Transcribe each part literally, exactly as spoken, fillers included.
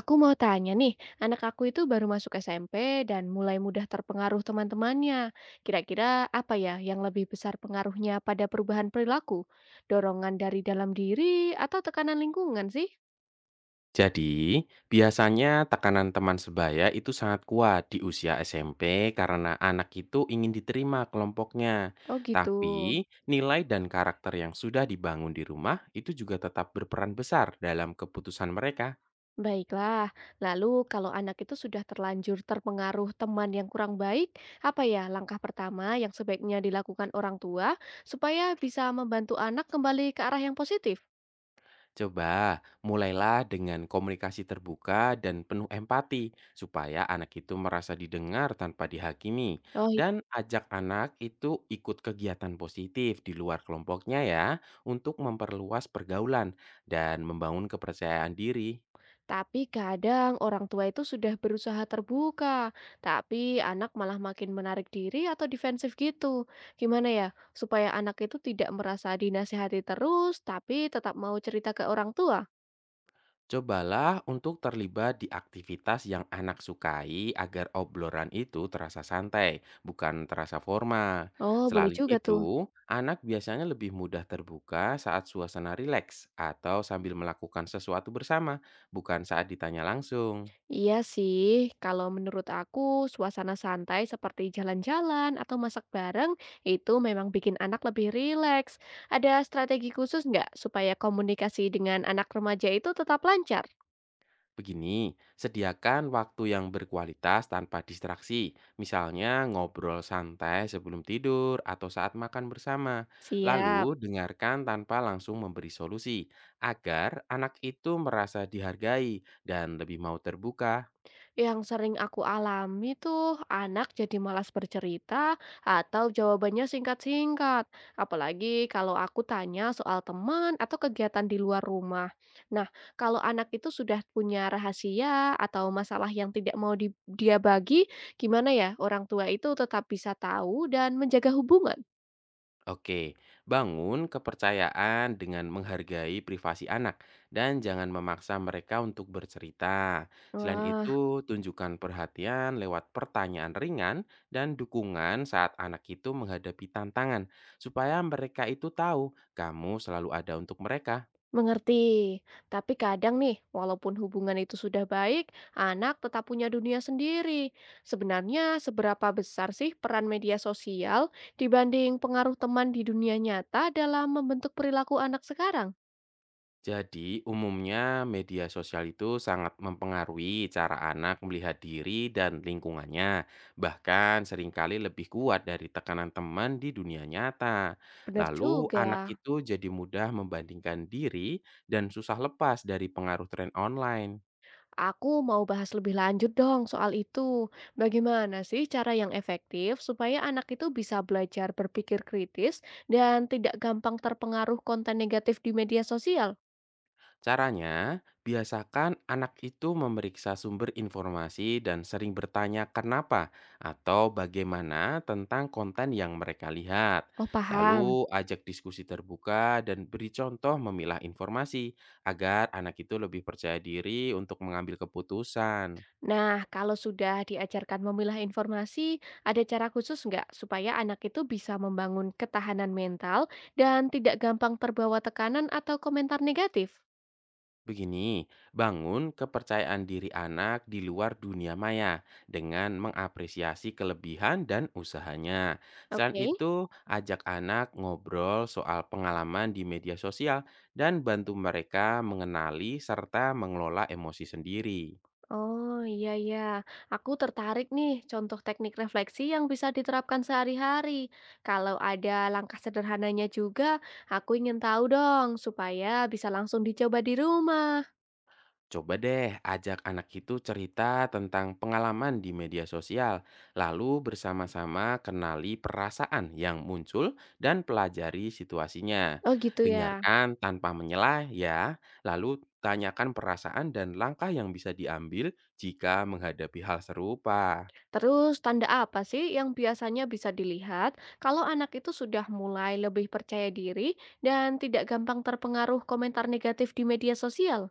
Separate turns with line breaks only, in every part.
Aku mau tanya nih, anak aku itu baru masuk S M P dan mulai mudah terpengaruh teman-temannya. Kira-kira apa ya yang lebih besar pengaruhnya pada perubahan perilaku? Dorongan dari dalam diri atau tekanan lingkungan sih?
Jadi, biasanya tekanan teman sebaya itu sangat kuat di usia S M P karena anak itu ingin diterima kelompoknya.
Oh gitu.
Tapi, nilai dan karakter yang sudah dibangun di rumah itu juga tetap berperan besar dalam keputusan mereka.
Baiklah, lalu kalau anak itu sudah terlanjur terpengaruh teman yang kurang baik, apa ya langkah pertama yang sebaiknya dilakukan orang tua supaya bisa membantu anak kembali ke arah yang positif?
Coba mulailah dengan komunikasi terbuka dan penuh empati, supaya anak itu merasa didengar tanpa dihakimi,
Oh.
dan ajak anak itu ikut kegiatan positif di luar kelompoknya, ya, untuk memperluas pergaulan dan membangun kepercayaan diri.
Tapi kadang orang tua itu sudah berusaha terbuka, tapi anak malah makin menarik diri atau defensif gitu. Gimana ya, supaya anak itu tidak merasa dinasihati terus, tapi tetap mau cerita ke orang tua?
Cobalah untuk terlibat di aktivitas yang anak sukai agar obrolan itu terasa santai, bukan terasa formal.
Oh, boleh
Selain
juga tuh.
itu, anak biasanya lebih mudah terbuka saat suasana rileks atau sambil melakukan sesuatu bersama, bukan saat ditanya langsung.
Iya sih, kalau menurut aku suasana santai seperti jalan-jalan atau masak bareng itu memang bikin anak lebih rileks. Ada strategi khusus nggak supaya komunikasi dengan anak remaja itu tetap lancar?
Begini, sediakan waktu yang berkualitas tanpa distraksi, misalnya ngobrol santai sebelum tidur atau saat makan bersama.
Siap.
Lalu, dengarkan tanpa langsung memberi solusi, agar anak itu merasa dihargai dan lebih mau terbuka.
Yang sering aku alami tuh anak jadi malas bercerita atau jawabannya singkat-singkat. Apalagi kalau aku tanya soal teman atau kegiatan di luar rumah. Nah, kalau anak itu sudah punya rahasia atau masalah yang tidak mau di- dia bagi, gimana ya orang tua itu tetap bisa tahu dan menjaga hubungan?
Oke, bangun kepercayaan dengan menghargai privasi anak dan jangan memaksa mereka untuk bercerita. Selain
Wah.
itu, tunjukkan perhatian lewat pertanyaan ringan dan dukungan saat anak itu menghadapi tantangan, supaya mereka itu tahu kamu selalu ada untuk mereka.
Mengerti. Tapi kadang nih, walaupun hubungan itu sudah baik, anak tetap punya dunia sendiri. Sebenarnya, seberapa besar sih peran media sosial dibanding pengaruh teman di dunia nyata dalam membentuk perilaku anak sekarang?
Jadi, umumnya media sosial itu sangat mempengaruhi cara anak melihat diri dan lingkungannya, bahkan seringkali lebih kuat dari tekanan teman di dunia nyata.
Benar
Lalu, anak
juga.
itu jadi mudah membandingkan diri dan susah lepas dari pengaruh tren online.
Aku mau bahas lebih lanjut dong soal itu. Bagaimana sih cara yang efektif supaya anak itu bisa belajar berpikir kritis dan tidak gampang terpengaruh konten negatif di media sosial?
Caranya, biasakan anak itu memeriksa sumber informasi dan sering bertanya kenapa atau bagaimana tentang konten yang mereka lihat.
Oh,
Lalu
paham.
ajak diskusi terbuka dan beri contoh memilah informasi agar anak itu lebih percaya diri untuk mengambil keputusan.
Nah, kalau sudah diajarkan memilah informasi, ada cara khusus nggak supaya anak itu bisa membangun ketahanan mental dan tidak gampang terbawa tekanan atau komentar negatif?
Begini, bangun kepercayaan diri anak di luar dunia maya dengan mengapresiasi kelebihan dan usahanya. Selain
Oke.
itu, ajak anak ngobrol soal pengalaman di media sosial dan bantu mereka mengenali serta mengelola emosi sendiri.
Oh iya iya, aku tertarik nih contoh teknik refleksi yang bisa diterapkan sehari-hari. Kalau ada langkah sederhananya juga, aku ingin tahu dong supaya bisa langsung dicoba di rumah.
Coba deh ajak anak itu cerita tentang pengalaman di media sosial, lalu bersama-sama kenali perasaan yang muncul dan pelajari situasinya.
Oh gitu ya.
Dengarkan tanpa menyela ya, lalu tanyakan perasaan dan langkah yang bisa diambil jika menghadapi hal serupa.
Terus tanda apa sih yang biasanya bisa dilihat kalau anak itu sudah mulai lebih percaya diri dan tidak gampang terpengaruh komentar negatif di media sosial?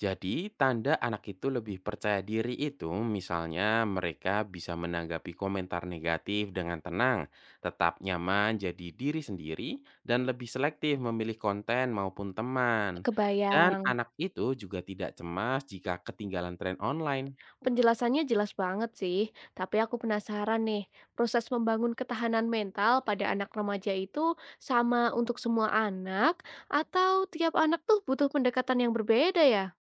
Jadi, tanda anak itu lebih percaya diri itu misalnya mereka bisa menanggapi komentar negatif dengan tenang, tetap nyaman jadi diri sendiri, dan lebih selektif memilih konten maupun teman. Dan
Kebayang.
anak itu juga tidak cemas jika ketinggalan tren online.
Penjelasannya jelas banget sih, tapi aku penasaran nih, proses membangun ketahanan mental pada anak remaja itu sama untuk semua anak atau tiap anak tuh butuh pendekatan yang berbeda ya?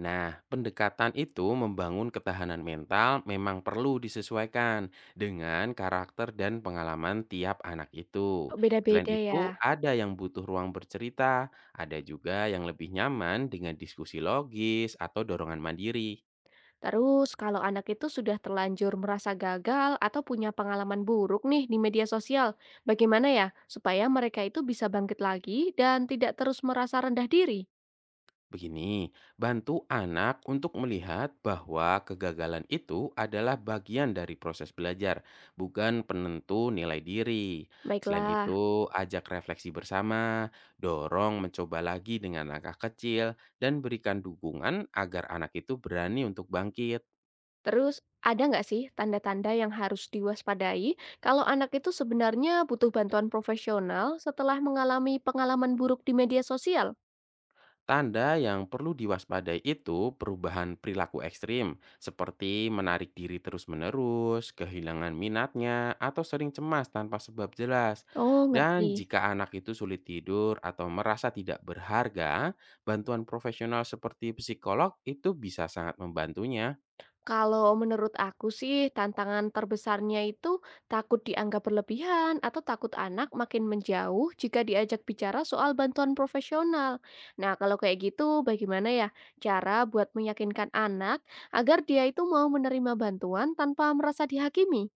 Nah, pendekatan itu membangun ketahanan mental memang perlu disesuaikan dengan karakter dan pengalaman tiap anak itu. Selain
Beda-beda ya.
itu, ada yang butuh ruang bercerita, ada juga yang lebih nyaman dengan diskusi logis atau dorongan mandiri.
Terus kalau anak itu sudah terlanjur merasa gagal atau punya pengalaman buruk nih di media sosial, bagaimana ya supaya mereka itu bisa bangkit lagi dan tidak terus merasa rendah diri?
Begini, bantu anak untuk melihat bahwa kegagalan itu adalah bagian dari proses belajar, bukan penentu nilai diri. Selain
Baiklah,
itu, ajak refleksi bersama, dorong mencoba lagi dengan langkah kecil, dan berikan dukungan agar anak itu berani untuk bangkit.
terus ada nggak sih tanda-tanda yang harus diwaspadai kalau anak itu sebenarnya butuh bantuan profesional setelah mengalami pengalaman buruk di media sosial?
Tanda yang perlu diwaspadai itu perubahan perilaku ekstrim, seperti menarik diri terus-menerus, kehilangan minatnya, atau sering cemas tanpa sebab jelas.
Oh,
Dan
ngerti.
jika anak itu sulit tidur atau merasa tidak berharga, bantuan profesional seperti psikolog itu bisa sangat membantunya.
Kalau menurut aku sih tantangan terbesarnya itu takut dianggap berlebihan atau takut anak makin menjauh jika diajak bicara soal bantuan profesional. Nah, kalau kayak gitu bagaimana ya cara buat meyakinkan anak agar dia itu mau menerima bantuan tanpa merasa dihakimi?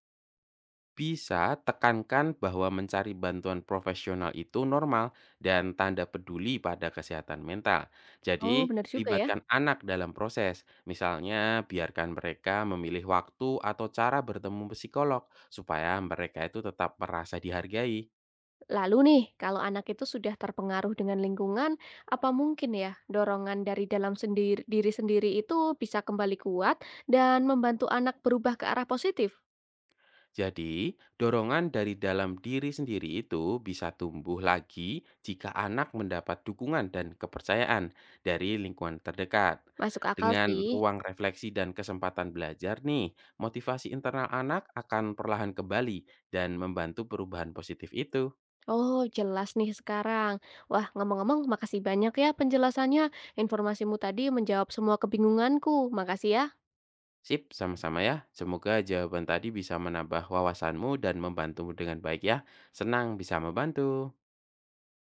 Bisa tekankan bahwa mencari bantuan profesional itu normal dan tanda peduli pada kesehatan mental. Jadi,
Oh, benar juga ya.
libatkan anak dalam proses. Misalnya, biarkan mereka memilih waktu atau cara bertemu psikolog supaya mereka itu tetap merasa dihargai.
Lalu nih, kalau anak itu sudah terpengaruh dengan lingkungan, apa mungkin ya dorongan dari dalam sendiri, diri sendiri itu bisa kembali kuat dan membantu anak berubah ke arah positif?
Jadi, dorongan dari dalam diri sendiri itu bisa tumbuh lagi jika anak mendapat dukungan dan kepercayaan dari lingkungan terdekat.
Masuk akal
Dengan
sih.
ruang refleksi dan kesempatan belajar nih, motivasi internal anak akan perlahan kembali dan membantu perubahan positif itu.
Oh, jelas nih sekarang. Wah, ngomong-ngomong makasih banyak ya penjelasannya. Informasimu tadi menjawab semua kebingunganku. Makasih ya.
Sip, sama-sama ya. Semoga jawaban tadi bisa menambah wawasanmu dan membantumu dengan baik ya. Senang bisa membantu.